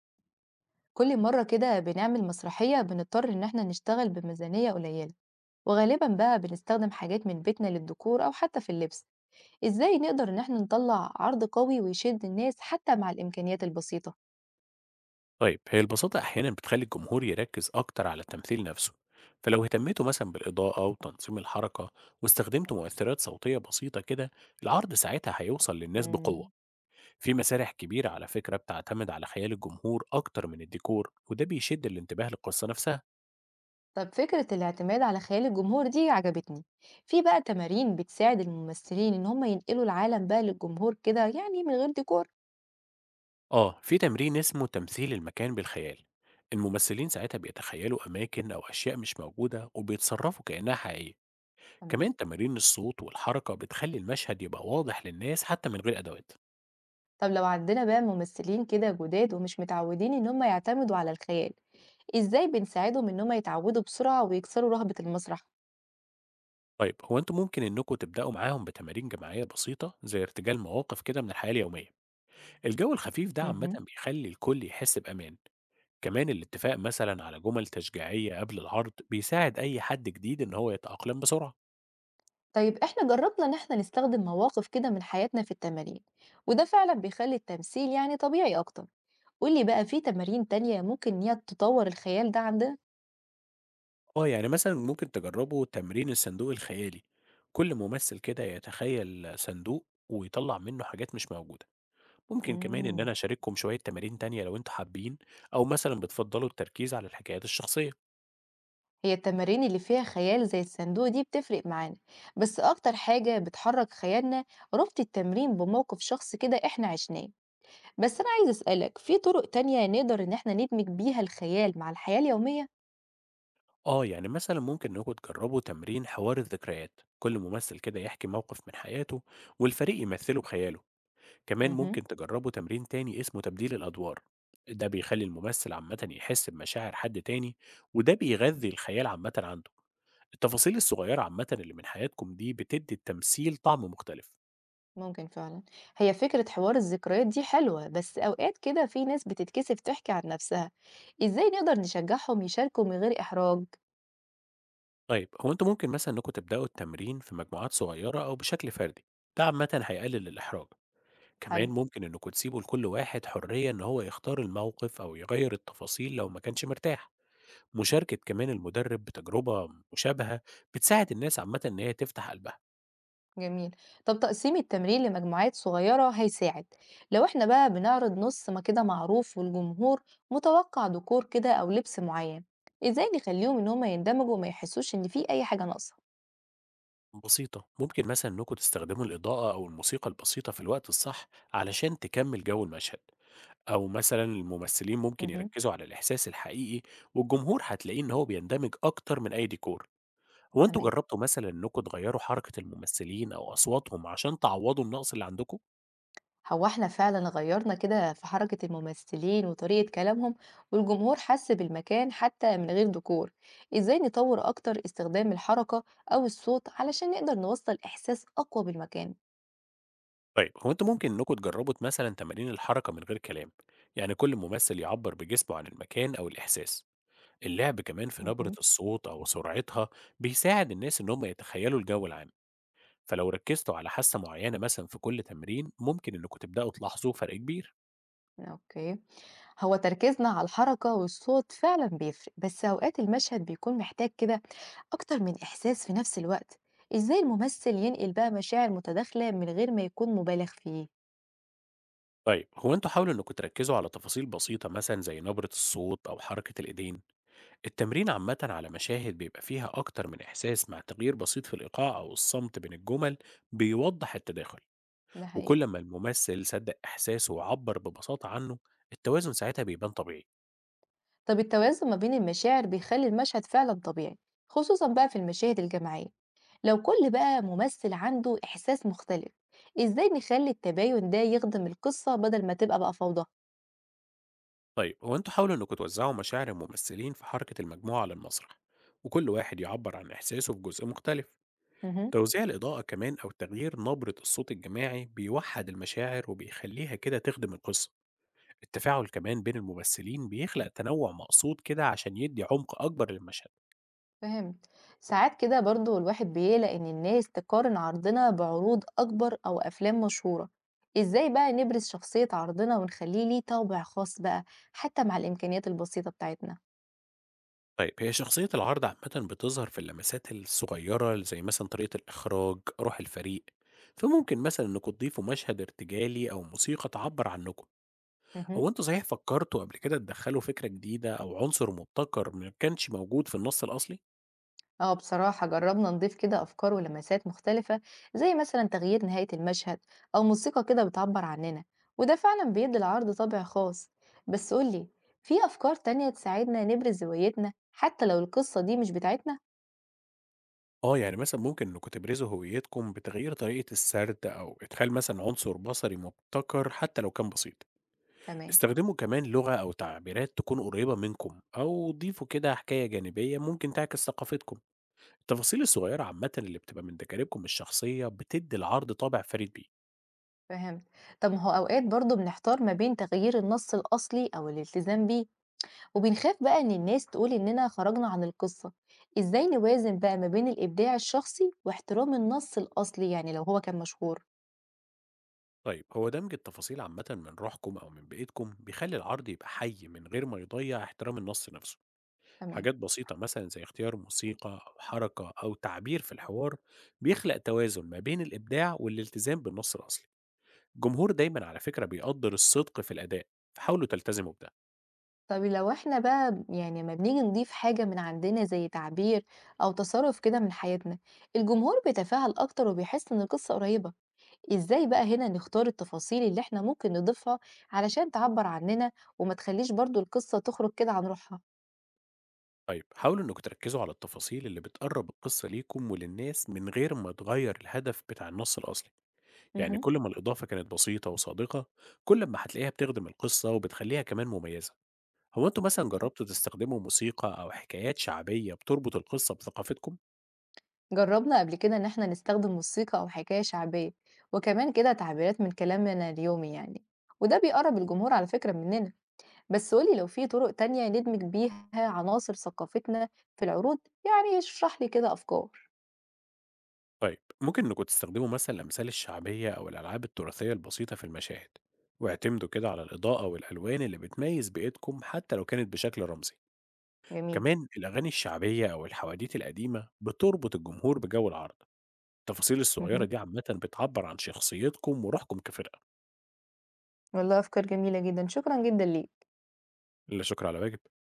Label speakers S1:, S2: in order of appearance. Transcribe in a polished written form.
S1: كل مرة كده بنعمل مسرحية بنضطر إن احنا نشتغل بميزانية قليلة، وغالبا بقى بنستخدم حاجات من بيتنا للديكور أو حتى في اللبس. إزاي نقدر إن احنا نطلع عرض قوي ويشد الناس حتى مع الإمكانيات البسيطة؟
S2: طيب، هي البساطة أحيانا بتخلي الجمهور يركز أكتر على التمثيل نفسه. فلو اهتميتوا مثلا بالإضاءة وتنظيم الحركة واستخدمتوا مؤثرات صوتية بسيطة كده، العرض ساعتها هيوصل للناس بقوة.
S1: مم.
S2: في مسارح كبيرة على فكرة بتعتمد على خيال الجمهور أكتر من الديكور، وده بيشد الانتباه للقصة نفسها.
S1: طب فكرة الاعتماد على خيال الجمهور دي عجبتني. في بقى تمارين بتساعد الممثلين إن هم ينقلوا العالم بقى للجمهور كده يعني من غير ديكور؟
S2: آه، في تمرين اسمه تمثيل المكان بالخيال. الممثلين ساعتها بيتخيلوا أماكن أو أشياء مش موجودة وبيتصرفوا كأنها حقيقية.
S1: تمام.
S2: كمان تمارين الصوت والحركة بتخلي المشهد يبقى واضح للناس حتى من غير أدوات.
S1: طب لو عندنا بقى ممثلين كده جداد ومش متعودين إن هم يعتمدوا على الخيال، إزاي بنساعدهم إن هم يتعودوا بسرعة ويكسروا رهبة المسرح؟
S2: طيب، هو انتوا ممكن انكم تبداوا معاهم بتمارين جماعيه بسيطه زي ارتجال مواقف كده من الحياه اليوميه. الجو الخفيف ده عامه
S1: مهم.
S2: بيخلي الكل يحس بامان. كمان الاتفاق مثلا على جمل تشجيعيه قبل العرض بيساعد اي حد جديد ان هو يتاقلم بسرعه.
S1: طيب إحنا جربنا إن إحنا نستخدم مواقف كده من حياتنا في التمارين، وده فعلا بيخلي التمثيل يعني طبيعي أكتر. قولي بقى، في تمارين تانية ممكن إن هي تطور الخيال ده عندنا؟
S2: اه، يعني مثلا ممكن تجربوا تمرين الصندوق الخيالي. كل ممثل كده يتخيل صندوق ويطلع منه حاجات مش موجوده. ممكن كمان ان انا
S1: مم.
S2: اشارككم شويه تمارين تانية لو انتوا حابين، او مثلا بتفضلوا التركيز على الحكايات الشخصيه.
S1: هي التمارين اللي فيها خيال زي الصندوق دي بتفرق معانا، بس أكتر حاجة بتحرك خيالنا ربط التمرين بموقف شخص كده إحنا عشناه. بس أنا عايزة أسألك، في طُرق تانية نقدر إن إحنا ندمج بيها الخيال مع الحياة اليومية؟
S2: آه، يعني مثلا ممكن إنكم تجربوا تمرين حوار الذكريات. كل ممثل كده يحكي موقف من حياته والفريق يمثله بخياله. كمان
S1: اهم،
S2: ممكن تجربوا تمرين تاني اسمه تبديل الأدوار. ده بيخلي الممثل عامة يحس بمشاعر حد تاني، وده بيغذي الخيال عامة عنده. التفاصيل الصغيرة عامة اللي من حياتكم دي بتدي التمثيل طعم مختلف.
S1: ممكن فعلًا. هي فكرة حوار الذكريات دي حلوة، بس أوقات كده في ناس بتتكسف تحكي عن نفسها، إزاي نقدر نشجعهم يشاركوا من غير إحراج؟
S2: طيب، هو انتوا ممكن مثلا انكم تبدأوا التمرين في مجموعات صغيرة أو بشكل فردي. ده عامة هيقلل الإحراج.
S1: حلو،
S2: كمان ممكن إنكم تسيبوا لكل واحد حرية إن هو يختار الموقف أو يغير التفاصيل لو ما كانش مرتاح. مشاركة كمان المدرب بتجربة مشابهة بتساعد الناس عامة إن هي تفتح قلبها.
S1: جميل. طب تقسيم التمرين لمجموعات صغيرة هيساعد، لو إحنا بقى بنعرض نُص ما كده معروف والجمهور متوقع ديكور كده أو لبس معين، إزاي نخلّيهم إن هم يندمجوا وما يحسوش إن في أي حاجة ناقصة؟
S2: بسيطة، ممكن مثلا إنكم تستخدموا الإضاءة أو الموسيقى البسيطة في الوقت الصح علشان تكمل جو المشهد. أو مثلا الممثلين ممكن
S1: اهم،
S2: يركزوا على الإحساس الحقيقي، والجمهور هتلاقيه إن هو بيندمج أكتر من أي ديكور. هو انتوا
S1: تمام.
S2: جربتوا مثلا إنكم تغيروا حركة الممثلين أو أصواتهم عشان تعوضوا النقص اللي عندكم؟
S1: هو احنا فعلا غيرنا كده في حركة الممثلين وطريقة كلامهم، والجمهور حس بالمكان حتى من غير ديكور. ازاي نطور اكتر استخدام الحركة او الصوت علشان نقدر نوصل احساس اقوى بالمكان؟
S2: طيب، هو انتوا ممكن انكم تجربوا مثلا تمارين الحركة من غير كلام. يعني كل ممثل يعبر بجسمه عن المكان او الاحساس. اللعب كمان في نبرة
S1: مهم.
S2: الصوت او سرعتها بيساعد الناس ان هم يتخيلوا الجو العام. فلو ركزتوا على حاسة معينة مثلا في كل تمرين، ممكن انكم تبدأوا تلاحظوا فرق كبير.
S1: اوكي، هو تركيزنا على الحركة والصوت فعلا بيفرق، بس اوقات المشهد بيكون محتاج كده اكتر من احساس في نفس الوقت. ازاي الممثل ينقل بقى مشاعر متداخلة من غير ما يكون مبالغ فيه؟
S2: طيب، هو انتوا حاولوا انكم تركزوا على تفاصيل بسيطة مثلا زي نبرة الصوت او حركة الايدين. التمرين عامة على مشاهد بيبقى فيها اكتر من احساس مع تغيير بسيط في الايقاع او الصمت بين الجمل بيوضح التداخل.
S1: ده حقيقي.
S2: وكل ما الممثل صدق إحساسه وعبّر ببساطة عنه، التوازن ساعتها بيبان طبيعي.
S1: طب التوازن ما بين المشاعر بيخلي المشهد فعلا طبيعي، خصوصا بقى في المشاهد الجماعية. لو كل بقى ممثل عنده إحساس مختلف، إزاي نخلي التباين ده يخدم القصة بدل ما تبقى بقى فوضى؟
S2: طيب، هو أنتم حاولوا إنكم توزّعوا مشاعر الممثلين في حركة المجموعة على المسرح، وكل واحد يعبّر عن إحساسه بجزء مختلف.
S1: مهم.
S2: توزيع الإضاءة كمان أو تغيير نبرة الصوت الجماعي بيوحّد المشاعر وبيخليها كده تخدم القصة. التفاعل كمان بين الممثلين بيخلق تنوع مقصود كده عشان يدّي عمق أكبر للمشهد.
S1: فهمت. ساعات كده برضو الواحد بيقلق إن الناس تقارن عرضنا بعروض أكبر أو أفلام مشهورة. إزاي بقى نبرز شخصية عرضنا ونخليه ليه طابع خاص بقى حتى مع الإمكانيات البسيطة بتاعتنا؟
S2: طيب، هي شخصية العرض عامةً بتظهر في اللمسات الصغيرة زي مثلًا طريقة الإخراج، روح الفريق، فممكن مثلًا إنكم تضيفوا مشهد ارتجالي أو موسيقى تعبّر عنكم. هو
S1: مهم.
S2: أنتم صحيح فكرتوا قبل كده تدخّلوا فكرة جديدة أو عنصر مبتكر ما كانش موجود في النص الأصلي؟
S1: اه بصراحة جربنا نضيف كده أفكار ولمسات مختلفة، زي مثلا تغيير نهاية المشهد أو موسيقى كده بتعبر عننا، وده فعلا بيدي العرض طابع خاص. بس قولي، في أفكار تانية تساعدنا نبرز هويتنا حتى لو القصة دي مش بتاعتنا؟
S2: آه، يعني مثلًا ممكن إنكم تبرزوا هويتكم بتغيير طريقة السرد أو إدخال مثلًا عنصر بصري مبتكر حتى لو كان بسيط.
S1: تمام.
S2: استخدموا كمان لغة أو تعبيرات تكون قريبة منكم أو ضيفوا كده حكاية جانبية ممكن تعكس ثقافتكم. التفاصيل الصغيرة عامة اللي بتبقى من تجاربكم الشخصية بتدي العرض طابع فريد بيه.
S1: فهمت. طب ما هو أوقات برضو بنحتار ما بين تغيير النص الأصلي أو الالتزام بيه، وبنخاف بقى إن الناس تقول إننا خرجنا عن القصة. إزاي نوازن بقى ما بين الإبداع الشخصي واحترام النص الأصلي يعني لو هو كان مشهور؟
S2: طيب، هو دمج التفاصيل عامة من روحكم أو من بيئتكم بيخلي العرض يبقى حي من غير ما يضيع احترام النص نفسه.
S1: تمام.
S2: حاجات بسيطة مثلا زي اختيار موسيقى أو حركة أو تعبير في الحوار بيخلق توازن ما بين الإبداع والالتزام بالنص الأصلي. الجمهور دايما على فكرة بيقدر الصدق في الأداء، فحاولوا تلتزموا بده.
S1: طب لو إحنا بقى يعني أمّا بنيجي نضيف حاجة من عندنا زي تعبير أو تصرُّف كده من حياتنا، الجمهور بيتفاعل أكتر وبيحس إن القصة قريّبة، إزاي بقى هنا نختار التفاصيل اللي إحنا ممكن نضيفها علشان تعبّر عننا وما تخلّيش برضه القصة تخرج كده عن روحها؟
S2: طيب، حاولوا انكم تركزوا على التفاصيل اللي بتقرب القصة ليكم وللناس من غير ما تغير الهدف بتاع النص الأصلي. يعني
S1: اهم،
S2: كل ما الإضافة كانت بسيطة وصادقة، كل ما هتلاقيها بتخدم القصة وبتخليها كمان مميزة. هو انتوا مثلا
S1: تمام.
S2: جربتوا تستخدموا موسيقى أو حكايات شعبية بتربط القصة بثقافتكم؟
S1: جرّبنا قبل كده إن إحنا نستخدم موسيقى أو حكاية شعبية، وكمان كده تعبيرات من كلامنا اليومي يعني، وده بيقرّب الجمهور على فكرة مننا. بس قُل لي، لو في طُرق تانية ندمج بيها عناصر ثقافتنا في العروض، يعني اشرح لي كده أفكار.
S2: طيب، ممكن انكم تستخدموا مثلا الأمثال الشعبية أو الألعاب التراثية البسيطة في المشاهد، واعتمدوا كده على الإضاءة والألوان اللي بتميز بيئتكم حتى لو كانت بشكل رمزي.
S1: جميل،
S2: كمان الأغاني الشعبية أو الحواديت القديمة بتربط الجمهور بجو العرض. التفاصيل الصغيرة
S1: اهم،
S2: دي عامة بتعبر عن شخصيتكم وروحكم كفرقة.
S1: والله أفكار جميلة جدًا، شكرًا جدًا ليك.
S2: لا شكر على واجب.